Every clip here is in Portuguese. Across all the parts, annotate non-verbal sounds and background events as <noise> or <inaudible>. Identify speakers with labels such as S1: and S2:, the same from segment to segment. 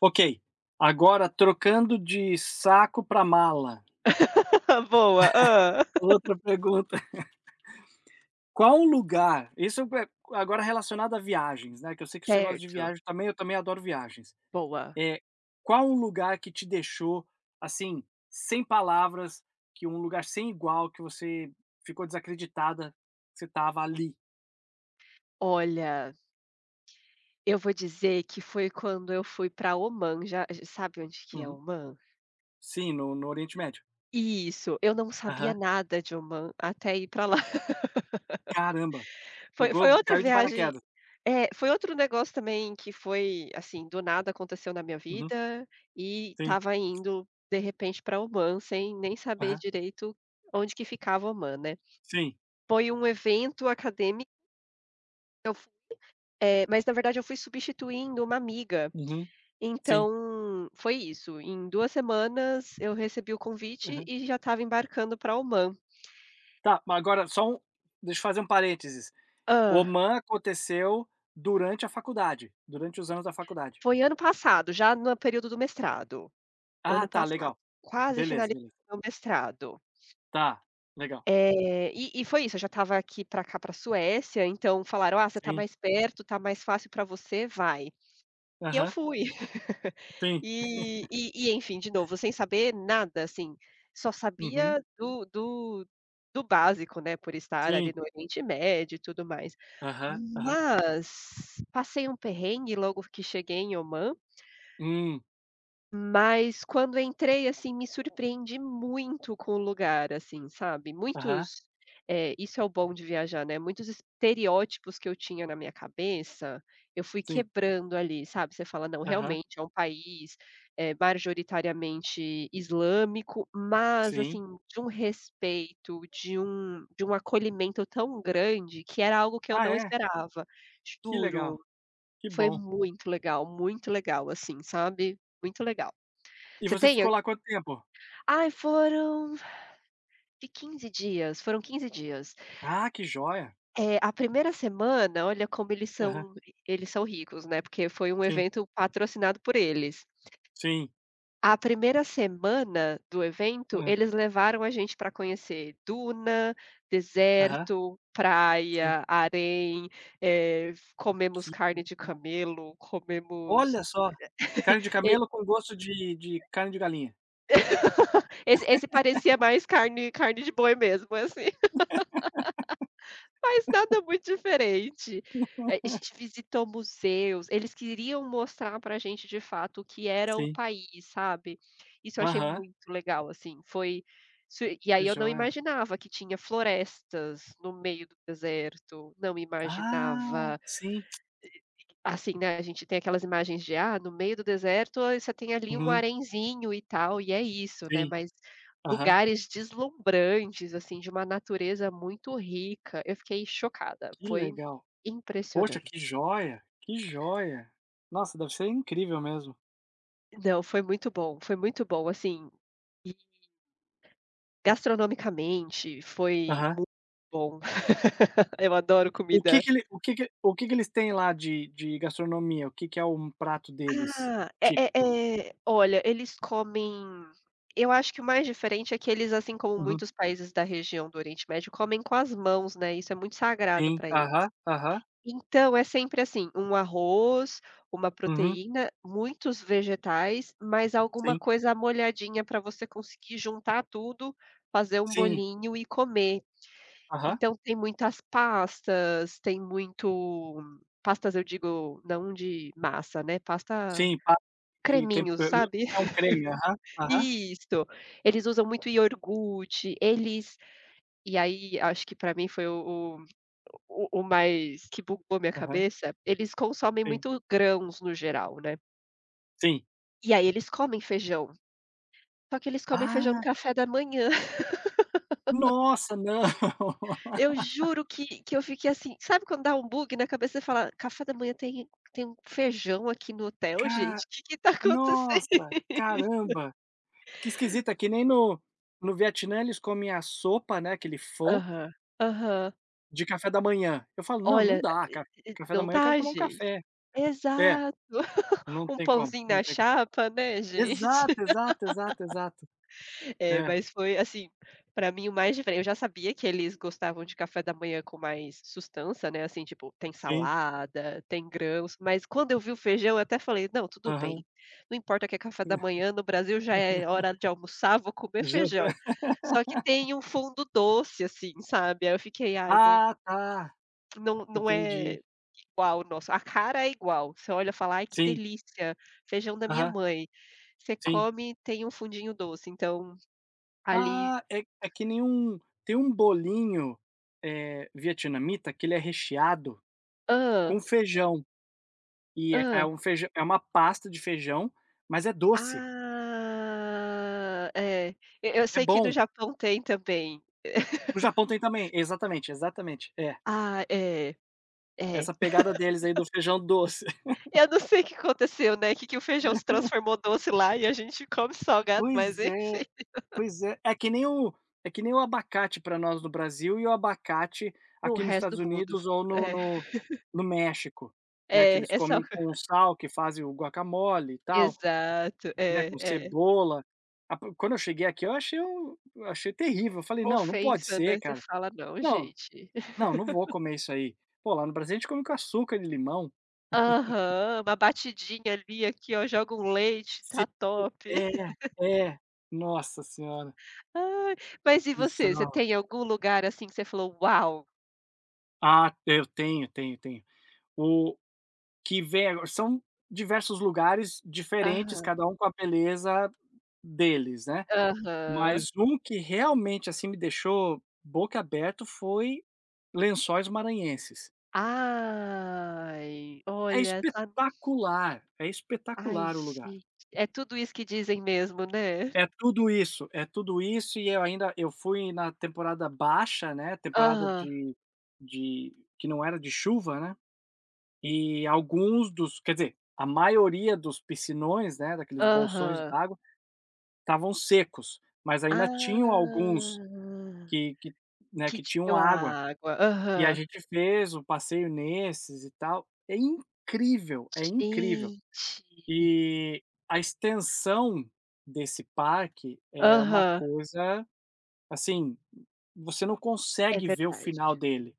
S1: Ok, agora trocando de saco para mala,
S2: <laughs> Boa, hã.
S1: outra pergunta. <laughs> Qual lugar isso é agora relacionado a viagens, né, que eu sei que você gosta de
S2: Certo,
S1: viagem também, eu também adoro viagens.
S2: boa.
S1: Eh, Qual o lugar que te deixou, assim, sem palavras, que um lugar sem igual, que você ficou desacreditada que você estava ali?
S2: Olha, eu vou dizer que foi quando eu fui pra Omã, já j sabe onde que é
S1: Uhum.
S2: Omã?
S1: Sim, no Oriente Médio.
S2: Isso, eu não sabia
S1: Aham.
S2: nada de Omã até ir para lá. <laughs>
S1: Caramba,
S2: Foi
S1: pegou
S2: foi outra
S1: caiu de
S2: viagem
S1: paraquedas.
S2: é, foi outro negócio também que foi, assim, do nada aconteceu na minha
S1: Uhum.
S2: vida, e
S1: Sim.
S2: estava indo, de repente, pra Omã, sem nem saber
S1: Aham.
S2: direito onde que ficava Omã, né.
S1: Sim.
S2: Foi um evento acadêmico. Mas na verdade eu fui substituindo uma amiga,
S1: Uhum. Sim.
S2: então foi isso, em 2 semanas eu recebi o convite
S1: Aham.
S2: e já estava embarcando pra Omã.
S1: Tá, mas agora só um deixa eu fazer um parênteses.
S2: Hã,
S1: Oman aconteceu durante a faculdade, durante os anos da faculdade.
S2: foi ano passado, já no período do mestrado,
S1: Ah,
S2: ano
S1: tá,
S2: passado,
S1: legal.
S2: quase
S1: Beleza,
S2: finalizando
S1: beleza.
S2: meu mestrado.
S1: Tá, legal.
S2: E foi isso, eu já estava aqui para cá, pra Suécia, então falaram: "Ah, você está
S1: Sim.
S2: mais perto, está mais fácil para você, vai". E eu
S1: Aham.
S2: fui.
S1: Sim.
S2: E enfim, de novo, sem saber nada, assim, só
S1: Uhum.
S2: sabia do básico, né, por estar ali
S1: Sim.
S2: no Oriente Médio e tudo mais.
S1: Aham, aham.
S2: Mas passei um perrengue logo que cheguei em Omã,
S1: Hum.
S2: mas quando entrei, assim, me surpreendi muito com o lugar, assim, sabe,
S1: Aham.
S2: muitos, isso é o bom de viajar, né, muitos estereótipos que eu tinha na minha cabeça, eu fui
S1: Sim.
S2: quebrando ali, sabe, você fala: "Não,
S1: Aham.
S2: realmente é um país, majoritariamente islâmico", mas,
S1: Sim.
S2: assim, de um respeito, de um acolhimento tão grande, que era algo que eu
S1: Ah,
S2: não
S1: é?
S2: esperava,
S1: Que legal,
S2: juro.
S1: que
S2: Foi
S1: bom.
S2: muito legal, assim, sabe, muito legal.
S1: E
S2: Você
S1: você
S2: tem?
S1: ficou lá quanto tempo?
S2: Ai, foram de 15 dias, foram 15 dias.
S1: Ah, que joia.
S2: A primeira semana, olha como eles
S1: Aham.
S2: são, eles são ricos, né, porque foi um
S1: Sim.
S2: evento patrocinado por eles.
S1: Sim.
S2: A primeira semana do evento,
S1: Hã.
S2: eles levaram a gente pra conhecer duna,
S1: Aham.
S2: deserto,
S1: Sim.
S2: praia, harém, comemos
S1: Que
S2: carne de camelo, comemos
S1: olha só, carne de
S2: e
S1: camelo com gosto de carne de galinha.
S2: esse parecia mais carne de boi mesmo, assim. Mas nada muito diferente. A gente visitou museus, eles queriam mostrar pra gente de fato o que era o
S1: Sim.
S2: país, sabe. Isso eu achei
S1: Aham.
S2: muito legal, assim, foi su- e aí
S1: Que
S2: eu não
S1: joia.
S2: imaginava que tinha florestas no meio do deserto, não
S1: Ah,
S2: imaginava.
S1: sim.
S2: Assim, né, a gente tem aquelas imagens de, ah, no meio do deserto, aí você tem ali um
S1: Uhum.
S2: arenzinho e tal, e é isso, né,
S1: Sim.
S2: mas
S1: Aham.
S2: lugares deslumbrantes, assim, de uma natureza muito rica. Eu fiquei chocada,
S1: Que
S2: foi
S1: legal. Poxa, que
S2: impressionante.
S1: joia, que joia. Nossa, deve ser incrível mesmo.
S2: Não, foi muito bom, assim, e gastronomicamente foi
S1: Aham.
S2: muito bom. <laughs> Eu adoro
S1: O que
S2: comida.
S1: que ele o que que o que que eles têm lá de gastronomia? O que que é um prato deles
S2: Ah, é
S1: típico?
S2: é é olha, eles comem, eu acho que o mais diferente é que eles, assim como
S1: Uhum.
S2: muitos países da região do Oriente Médio, comem com as mãos, né, isso é muito sagrado
S1: Sim.
S2: pra eles.
S1: Aham, aham.
S2: Então, é sempre assim, um arroz, uma
S1: Uhum.
S2: proteína, muitos vegetais, mas alguma
S1: Sim.
S2: coisa molhadinha pra você conseguir juntar tudo, fazer um
S1: Sim.
S2: bolinho e comer.
S1: Aham.
S2: Então tem muitas pastas, tem muito, pastas eu digo não de massa, né, pasta,
S1: Sim, pa de
S2: creminhos,
S1: tempero não,
S2: sabe.
S1: é um creme. Aham,
S2: <laughs>
S1: aham,
S2: Isso. Eles usam muito iogurte, eles, e aí acho que pra mim foi o mais que bugou minha
S1: aham.
S2: cabeça, eles consomem
S1: Sim,
S2: muito grãos no geral, né.
S1: sim.
S2: E aí eles comem feijão, só que eles comem feijão no
S1: Ah,
S2: café da manhã. <laughs>
S1: nossa, não.
S2: Eu
S1: <laughs>
S2: juro que eu fiquei assim, sabe quando dá um bug na cabeça, você fala: "Café da manhã tem, tem um feijão aqui no hotel,
S1: Ca
S2: gente? Que tá <laughs> acontecendo?"
S1: Nossa, caramba, que esquisito, é que nem no Vietnã eles comem a sopa, né, aquele pho,
S2: Aham, aham.
S1: de café da manhã. Eu falo: "Não, não
S2: Olha,
S1: dá,
S2: e
S1: ca
S2: e
S1: café da
S2: não
S1: manhã eu quero
S2: dá,
S1: tomar um
S2: gente.
S1: café". É,
S2: Exato. <laughs>
S1: não
S2: Um
S1: tem como,
S2: pãozinho
S1: não
S2: na
S1: tem como.
S2: chapa, né, gente.
S1: Exato, exato, exato, exato.
S2: <laughs> É,
S1: É,
S2: mas foi, assim, pra mim o mais diferente, eu já sabia que eles gostavam de café da manhã com mais sustância, né, assim, tipo, tem
S1: sim,
S2: salada, tem grãos, mas quando eu vi o feijão, eu até falei: "Não, tudo
S1: aham.
S2: bem, não importa que é café da manhã, no Brasil já é hora de almoçar, vou comer
S1: Janta.
S2: feijão".
S1: <laughs>
S2: Só que tem um fundo doce, assim, sabe, aí eu fiquei: "Ai, não,
S1: Ah, tá,
S2: não, não é..."
S1: entendi.
S2: Igual o nosso, a cara é igual, você olha e fala: "Ai, que
S1: Sim,
S2: delícia, feijão da minha
S1: aham,
S2: mãe". Você
S1: sim.
S2: come, tem um fundinho doce, então ali,
S1: Ah, é que nem tem um bolinho, vietnamita que ele é recheado com
S2: hã,
S1: feijão. E é é
S2: hã,
S1: um feijão é uma pasta de feijão, mas é doce,
S2: ah, é. Eu
S1: é
S2: sei que no
S1: bom.
S2: Japão tem também. <laughs>
S1: No Japão tem também, exatamente, exatamente, é.
S2: Ah, é, é.
S1: Essa pegada deles aí do feijão doce. <laughs>
S2: Eu não sei o que aconteceu, né, que o feijão se transformou doce lá e a gente come salgado, mas
S1: Pois
S2: enfim.
S1: é, pois é. É que nem o abacate pra nós no Brasil e o abacate
S2: No
S1: aqui nos
S2: resto
S1: Estados
S2: do mundo.
S1: Unidos ou no
S2: É,
S1: no no México, né, que
S2: é,
S1: eles
S2: é sal.
S1: comem com
S2: <laughs>
S1: sal, que fazem o guacamole e tal,
S2: Exato,
S1: né, com
S2: é, é.
S1: cebola. A po quando eu cheguei aqui eu achei eu achei terrível, eu falei: "Não, não pode
S2: Ofensa, né,
S1: ser
S2: você
S1: cara".
S2: fala: "Não,
S1: Não
S2: gente".
S1: Não, não vou comer isso aí. Pô, lá no Brasil a gente come com açúcar e limão.
S2: Aham, uma batidinha ali, aqui ó, joga um leite,
S1: Sim.
S2: tá top. <laughs>
S1: É, é. Nossa senhora,
S2: Ai, mas e
S1: e
S2: você? Você
S1: sal.
S2: tem algum lugar, assim, que você falou: "Uau!"?
S1: Ah, eu tenho, tenho, tenho. O que vem agora são diversos lugares diferentes,
S2: Aham,
S1: cada um com a beleza deles, né.
S2: aham.
S1: Mas um que realmente, assim, me deixou boca aberta foi Lençóis Maranhenses.
S2: Ai, olha, tá,
S1: É
S2: ai
S1: espetacular o lugar.
S2: gente, é tudo isso que dizem mesmo, né?
S1: É tudo isso e eu fui na temporada baixa, né, temporada
S2: Aham,
S1: de que não era de chuva, né, e alguns dos quer dizer, a maioria dos piscinões, né, daqueles bolsões
S2: aham.
S1: d'água, estavam secos, mas ainda tinham alguns
S2: Ah,
S1: que, né,
S2: que
S1: que tinham
S2: tinha
S1: água,
S2: a água.
S1: e a
S2: Aham.
S1: gente fez o passeio nesses e tal. É incrível, é incrível.
S2: Gente.
S1: E a extensão desse parque é uma
S2: Aham,
S1: coisa. Assim, você não
S2: é
S1: consegue ver o
S2: verdade.
S1: final dele.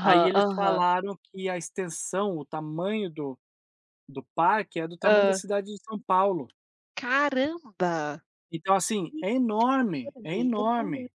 S1: Aí eles
S2: aham.
S1: falaram que a extensão, o tamanho do parque é do tamanho da
S2: Ah.
S1: cidade de São Paulo.
S2: Caramba!
S1: Então, assim, é enorme, é
S2: Enorme, enorme.
S1: enorme.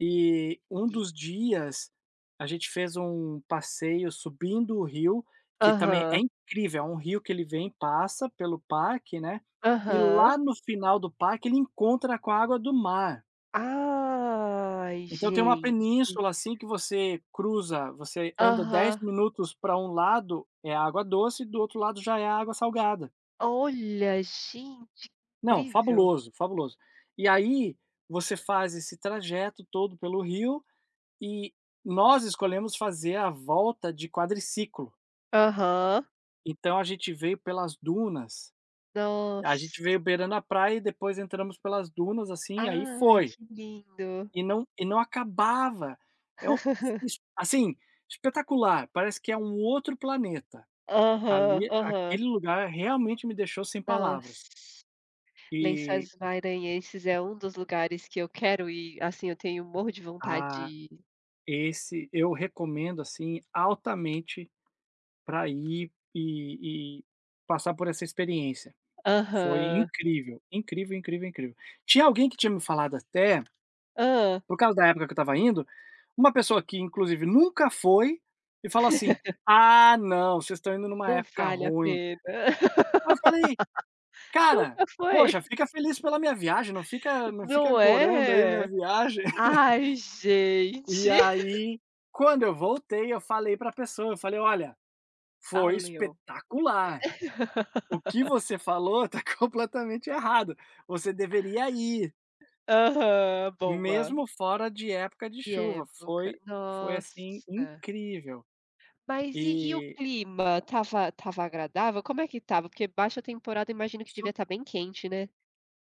S1: E um dos dias a gente fez um passeio subindo o rio, que também é
S2: Aham,
S1: incrível, é um rio que ele vem, passa pelo parque, né, e
S2: aham.
S1: lá no final do parque ele encontra com a água do mar.
S2: Ai,
S1: Então tem uma
S2: gente.
S1: península, assim, que você cruza, você anda 10
S2: Aham.
S1: minutos para um lado é água doce, do outro lado já é água salgada.
S2: Olha, gente, que
S1: Não,
S2: incrível.
S1: fabuloso, fabuloso. E aí você faz esse trajeto todo pelo rio e nós escolhemos fazer a volta de quadriciclo.
S2: Aham.
S1: Então a gente veio pelas dunas, a gente
S2: Nossa.
S1: veio beirando a praia e depois entramos pelas dunas, assim, e aí
S2: Ai,
S1: foi.
S2: que lindo.
S1: E não acabava. É o
S2: <laughs>
S1: es assim, espetacular, parece que é um outro planeta.
S2: Aham,
S1: Ali
S2: aham.
S1: aquele lugar realmente me deixou sem
S2: Nossa.
S1: palavras. E,
S2: Lençóis Maranhenses é um dos lugares que eu quero ir, assim, eu tenho morro de vontade de
S1: ah,
S2: ir.
S1: esse eu recomendo, assim, altamente para ir e passar por essa experiência. Foi
S2: Aham.
S1: incrível, incrível, incrível, incrível. Tinha alguém que tinha me falado até.
S2: Hã.
S1: Por causa da época que eu estava indo, uma pessoa que inclusive nunca foi, e fala assim: "Ah não, vocês estão indo numa
S2: Não
S1: época
S2: vale a
S1: ruim".
S2: pena.
S1: Aí eu
S2: <laughs>
S1: falei: "Cara,
S2: Nunca foi.
S1: poxa, fica feliz pela minha viagem, não fica
S2: Não
S1: gorando aí minha
S2: é?
S1: viagem". <laughs>
S2: Ai, gente.
S1: E
S2: <laughs>
S1: aí, quando eu voltei, eu falei pra pessoa, eu falei: "Olha, foi
S2: Valeu.
S1: espetacular. O que você falou tá <laughs> completamente errado. Você deveria ir,
S2: Aham, boa.
S1: mesmo fora de época de
S2: Que
S1: chuva.
S2: época.
S1: Foi assim
S2: Nossa.
S1: incrível".
S2: Mas e o
S1: E
S2: clima, estava agradável? Como é que estava? Porque baixa temporada, imagino que devia
S1: su
S2: estar bem quente, né?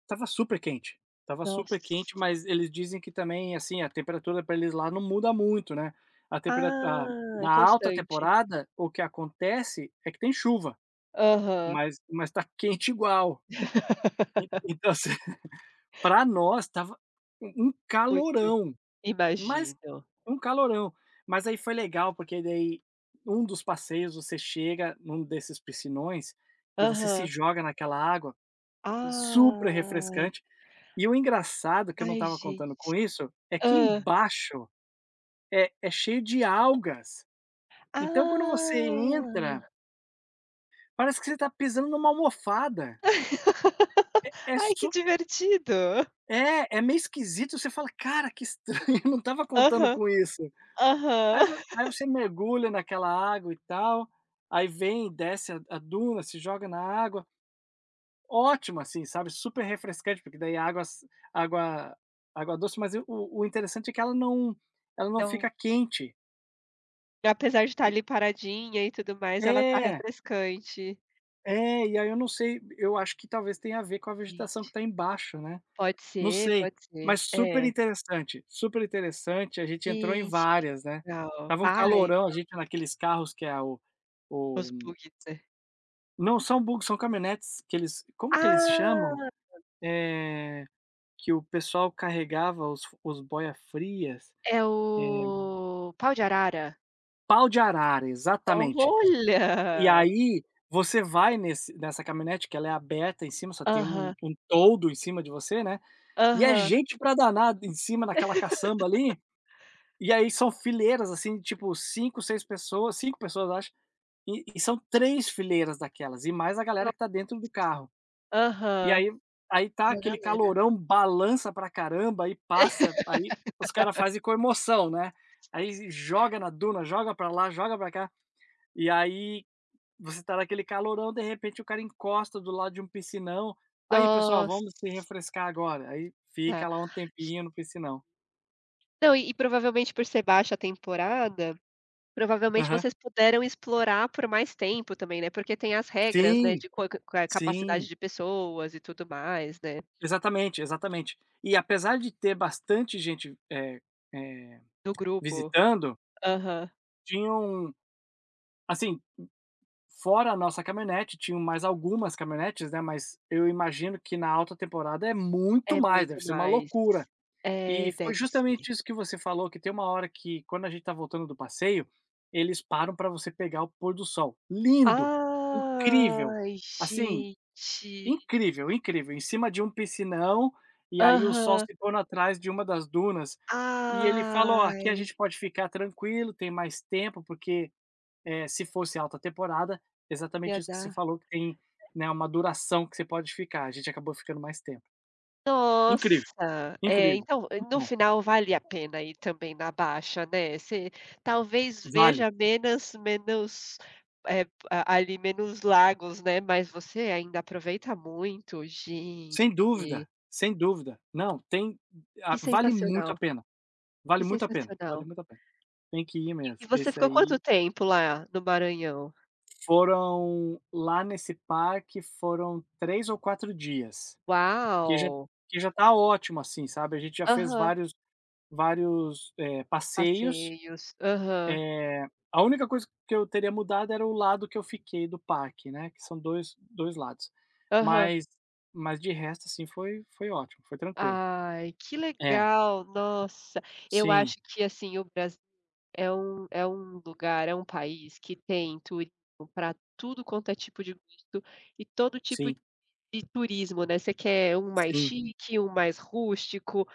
S1: estava super quente, tava super
S2: Nossa.
S1: quente, mas eles dizem que também, assim, a temperatura para eles lá não muda muito, né. A temperatura a
S2: Ah, é
S1: na alta
S2: constante.
S1: temporada, o que acontece é que tem chuva,
S2: Aham.
S1: mas tá quente igual. En
S2: <laughs>
S1: então, assim, <laughs> pra nós tava um
S2: Muito,
S1: calorão, mas
S2: imagino.
S1: um calorão. Mas aí foi legal, porque daí um dos passeios você chega num desses piscinões e você se
S2: Aham.
S1: joga naquela água super
S2: Ai.
S1: refrescante. E o engraçado, que eu não
S2: Ai,
S1: estava
S2: gente.
S1: contando com isso, é que
S2: Hã.
S1: embaixo é cheio de algas. Então quando você entra,
S2: Ah.
S1: parece que você está pisando numa almofada.
S2: <laughs>
S1: É
S2: Ai, que
S1: su
S2: divertido.
S1: É, é meio esquisito, você fala: "Cara, que estranho, <laughs> eu não estava contando
S2: Aham,
S1: com isso".
S2: aham.
S1: Aí você mergulha naquela água e tal, aí vem, desce a duna, se joga na água. Ótimo, assim, sabe, super refrescante, porque daí a água s água água doce, mas o interessante é que ela não
S2: Então,
S1: fica quente.
S2: apesar de estar ali paradinha e tudo mais, ela tá
S1: É,
S2: refrescante.
S1: é, e aí eu não sei, eu acho que talvez tenha a ver com a vegetação que
S2: Gente,
S1: está embaixo, né,
S2: pode
S1: não
S2: ser,
S1: sei,
S2: pode ser.
S1: mas
S2: É.
S1: super interessante, a gente entrou em
S2: Gente, que
S1: várias, né.
S2: legal.
S1: Tava um
S2: Ai,
S1: calorão, a gente naqueles carros que é
S2: os
S1: o
S2: bugs, né.
S1: não são bugs, são caminhonetes que eles como que eles chamam?
S2: Ah,
S1: Eh, que o pessoal carregava os boia frias,
S2: é o pau de arara?
S1: pau de arara, exatamente. E
S2: Olha!
S1: aí você vai nesse nessa caminhonete que ela é aberta em cima, só tem um
S2: Aham,
S1: um toldo em cima de você, né. E é
S2: aham.
S1: gente pra danar em cima naquela
S2: <laughs>
S1: caçamba ali, e aí são fileiras, assim, tipo 5 6 pessoas, 5 pessoas acho, e são 3 fileiras daquelas, e mais a
S2: No,
S1: galera que tá dentro do carro. E
S2: aham.
S1: aí aí tá
S2: Uma
S1: aquele
S2: galera.
S1: calorão, balança pra caramba, aí passa, aí os cara fazem com emoção, né. Aí joga na duna, joga pra lá, joga pra cá, e aí você tá naquele calorão, de repente o cara encosta do lado de um piscinão, "Aí pessoal,
S2: Nossa!
S1: vamos se refrescar agora", aí fica lá um tempinho no piscinão.
S2: Não, e provavelmente por ser baixa temporada, provavelmente
S1: Aham.
S2: vocês puderam explorar por mais tempo também, né, porque tem as regras, né,
S1: Sim,
S2: de qua qua capacidade
S1: sim.
S2: de pessoas e tudo mais, né,
S1: Exatamente, exatamente. E apesar de ter bastante gente, eh,
S2: do grupo.
S1: visitando,
S2: Aham.
S1: tinham assim, fora a nossa caminhonete, tinham mais algumas caminhonetes, né, mas eu imagino que na alta temporada é muito
S2: É
S1: mais,
S2: muito
S1: deve ser uma
S2: mais.
S1: loucura. E
S2: É,
S1: foi
S2: deve ser.
S1: justamente isso que você falou, que tem uma hora que quando a gente tá voltando do passeio, eles param para você pegar o pôr do sol. Lindo, incrível,
S2: Ai,
S1: assim.
S2: gente.
S1: Incrível, incrível, em cima de um piscinão, e aí o sol
S2: Aham.
S1: se pondo atrás de uma das dunas, e ele falou: "Ó, aqui a gente
S2: Ai,
S1: pode ficar tranquilo, tem mais tempo", porque, se fosse alta temporada,
S2: ia
S1: exatamente isso que
S2: dar.
S1: você falou que tem, né, uma duração que você pode ficar, a gente acabou ficando mais tempo. Incrível,
S2: Nossa! É,
S1: incrível,
S2: então,
S1: muito
S2: no
S1: bom.
S2: final vale a pena ir também na baixa, né, você talvez
S1: Vale,
S2: veja menos, menos, eh, a ali menos lagos, né, mas você ainda aproveita muito. Gente,
S1: sem dúvida, sem dúvida. Não, tem
S2: que
S1: a vale muito a
S2: sensacional,
S1: pena,
S2: que
S1: vale muito a pena, vale
S2: sensacional.
S1: muito a pena. Tem que ir
S2: E
S1: mesmo,
S2: você
S1: esse
S2: ficou quanto
S1: aí.
S2: tempo lá no Maranhão?
S1: Foram lá nesse parque foram 3 ou 4 dias, que já
S2: Uau!
S1: que já tá ótimo, assim, sabe, a gente já fez
S2: Aham.
S1: vários vários, passeios.
S2: Passeios. Aham,
S1: A única coisa que eu teria mudado era o lado que eu fiquei do parque, né, que são dois lados.
S2: aham.
S1: Mas mas de resto, assim, foi ótimo, foi tranquilo.
S2: Ai, que
S1: É,
S2: legal, nossa. Eu
S1: sim,
S2: acho que, assim, o Brasil, é um, é um lugar, é um país que tem turismo para tudo quanto é tipo de gosto e todo tipo
S1: sim,
S2: de turismo, né. Você quer um mais
S1: sim,
S2: chique, um mais rústico,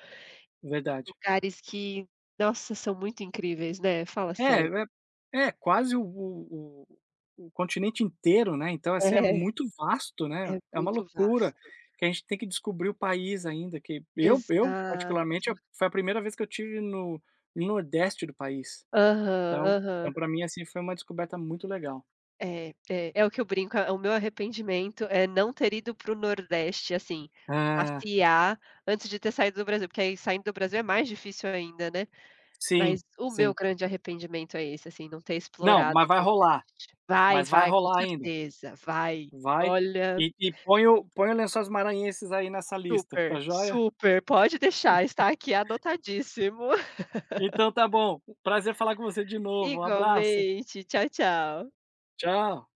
S1: verdade.
S2: lugares que, nossa, são muito incríveis, né, fala
S1: É,
S2: sério.
S1: é quase o continente inteiro, né, então, assim, é
S2: É,
S1: muito vasto,
S2: é
S1: né, é uma
S2: muito
S1: loucura
S2: vasto.
S1: que a gente tem que descobrir o país ainda, que eu
S2: Exato.
S1: particularmente, eu foi a primeira vez que eu tive no Nordeste do país,
S2: Aham,
S1: então
S2: aham.
S1: então para mim, assim, foi uma descoberta muito legal.
S2: É, é, é o que eu brinco, é o meu arrependimento é não ter ido para o Nordeste, assim,
S1: Ah,
S2: passear antes de ter saído do Brasil, porque aí saindo do Brasil é mais difícil ainda, né.
S1: sim,
S2: Mas o meu
S1: sim.
S2: grande arrependimento é esse, assim, não ter
S1: Não,
S2: explorado o Nordeste. Vai,
S1: mas vai
S2: vai, com
S1: rolar ainda,
S2: certeza, vai.
S1: vai,
S2: Olha,
S1: e põe o Lençóis Maranhenses aí nessa lista, tá
S2: super,
S1: joia?
S2: super, pode deixar, está aqui anotadíssimo. <laughs>
S1: Então tá bom, prazer falar com você de novo, um abraço.
S2: Igualmente, tchau, tchau.
S1: Tchau.